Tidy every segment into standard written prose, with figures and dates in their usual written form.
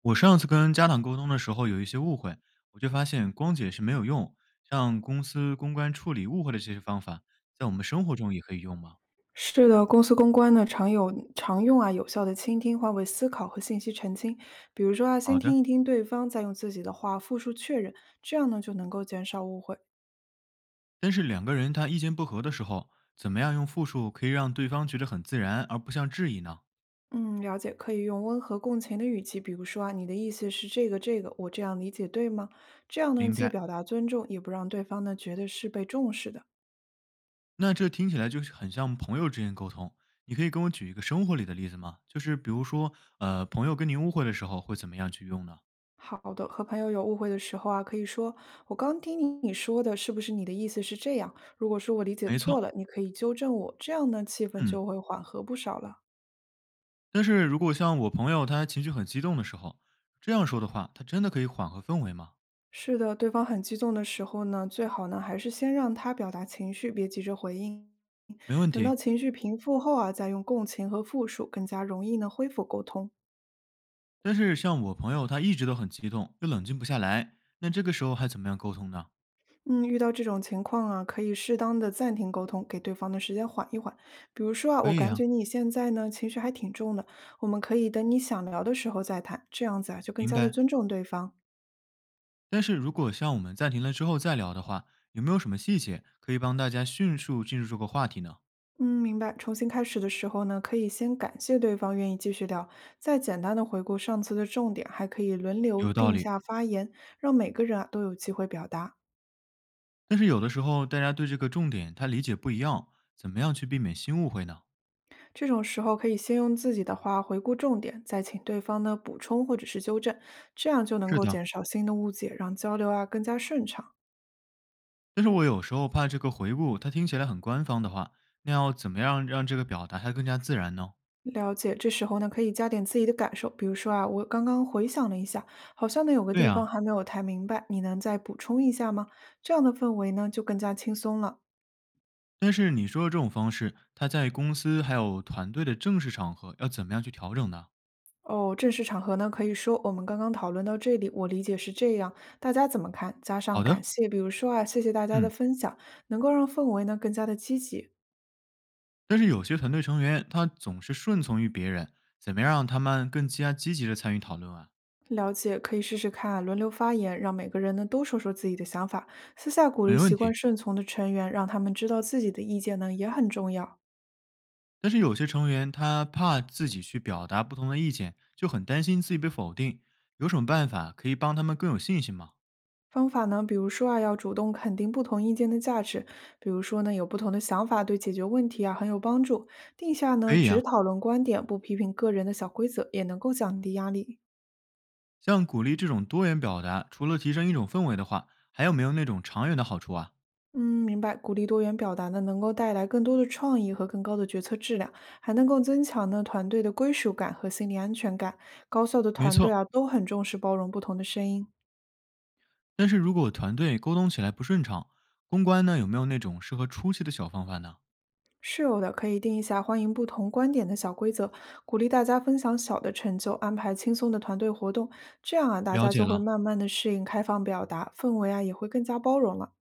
我上次跟家长沟通的时候有一些误会，我就发现光解释没有用，像公司公关处理误会的这些方法，在我们生活中也可以用吗？是的，公司公关呢常有常用啊有效的倾听、换位思考和信息澄清。比如说啊，先好的。听一听对方，再用自己的话复述确认，这样呢就能够减少误会。但是两个人他意见不合的时候，怎么样用复述可以让对方觉得很自然，而不像质疑呢？嗯，了解，可以用温和共情的语气，比如说啊，你的意思是这个，我这样理解对吗？这样呢明既白。表达尊重，也不让对方呢觉得是被重视的。那这听起来就是很像朋友之间沟通。你可以跟我举一个生活里的例子吗？就是比如说，朋友跟您误会的时候会怎么样去用呢？好的，和朋友有误会的时候啊，可以说"我刚听你说的，是不是你的意思是这样？如果说我理解没错错，了，你可以纠正我。"这样呢，气氛嗯。就会缓和不少了。但是如果像我朋友他情绪很激动的时候，这样说的话，他真的可以缓和氛围吗？是的，对方很激动的时候呢，最好呢还是先让他表达情绪，别急着回应。没问等到题。情绪平复后啊，再用共情和复述，更加容易呢恢复沟通。但是像我朋友他一直都很激动，又冷静不下来，那这个时候还怎么样沟通呢？嗯，遇到这种情况啊，可以适当的暂停沟通，给对方的时间缓一缓。比如说啊，可我以感啊。觉你现在呢情绪还挺重的，我们可以等你想聊的时候再谈，这样子啊就更明加的白。尊重对方。但是如果像我们暂停了之后再聊的话，有没有什么细节可以帮大家迅速进入这个话题呢？嗯，明白。重新开始的时候呢，可以先感谢对方愿意继续聊，再简单的回顾上次的重点，还可以轮流有道定理。下发言，让每个人啊都有机会表达。但是有的时候大家对这个重点他理解不一样，怎么样去避免新误会呢？这种时候可以先用自己的话回顾重点，再请对方呢补充或者是纠正，这样就能是够的，减少新的误解，让交流啊更加顺畅。但是我有时候怕这个回顾它听起来很官方的话，那要怎么样让这个表达它更加自然呢？了解，这时候呢可以加点自己的感受，比如说啊，我刚刚回想了一下，好像呢有个对地方啊。还没有太明白，你能再补充一下吗？这样的氛围呢就更加轻松了。但是你说的这种方式，它在公司还有团队的正式场合要怎么样去调整呢？哦，正式场合呢可以说我们刚刚讨论到这里，我理解是这样，大家怎么看？加上好的，感谢，比如说啊，谢谢大家的嗯。分享，能够让氛围呢更加的积极。但是有些团队成员他总是顺从于别人，怎么样让他们更加积极的参与讨论啊？了解，可以试试看啊轮流发言，让每个人呢都说说自己的想法。私下鼓励没习问惯题。顺从的成员，让他们知道自己的意见呢也很重要。但是有些成员他怕自己去表达不同的意见，就很担心自己被否定，有什么办法可以帮他们更有信心吗？方法呢，比如说啊，要主动肯定不同意见的价值，比如说呢，有不同的想法对解决问题啊很有帮助。定下可呢以只啊，讨论观点，不批评个人的小规则，也能够降低压力。像鼓励这种多元表达，除了提升一种氛围的话，还有没有那种长远的好处啊？嗯，明白。鼓励多元表达呢，能够带来更多的创意和更高的决策质量，还能够增强呢团队的归属感和心理安全感。高效的没团队错，啊，都很重视包容不同的声音。但是如果团队沟通起来不顺畅，公关呢有没有那种适合初期的小方法呢？是有的，可以定一下欢迎不同观点的小规则，鼓励大家分享小的成就，安排轻松的团队活动，这样啊，大了家就解会了，慢慢的适应开放表达，氛围啊也会更加包容了。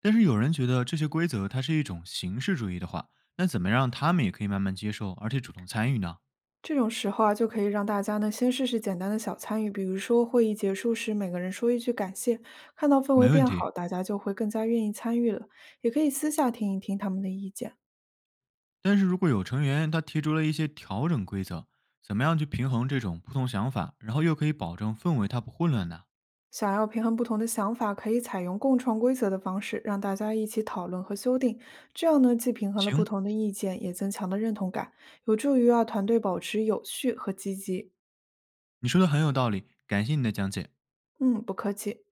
但是有人觉得这些规则它是一种形式主义的话，那怎么让他们也可以慢慢接受，而且主动参与呢？这种时候啊，就可以让大家呢先试试简单的小参与，比如说会议结束时每个人说一句感谢，看到氛围没问变题。好，大家就会更加愿意参与了。也可以私下听一听他们的意见，但是如果有成员他提出了一些调整规则，怎么样去平衡这种不同想法，然后又可以保证氛围它不混乱呢？想要平衡不同的想法，可以采用共创规则的方式，让大家一起讨论和修订。这样呢，既平衡了不行。同的意见，也增强了认同感，有助于啊团队保持有序和积极。你说的很有道理，感谢你的讲解。嗯，不客气。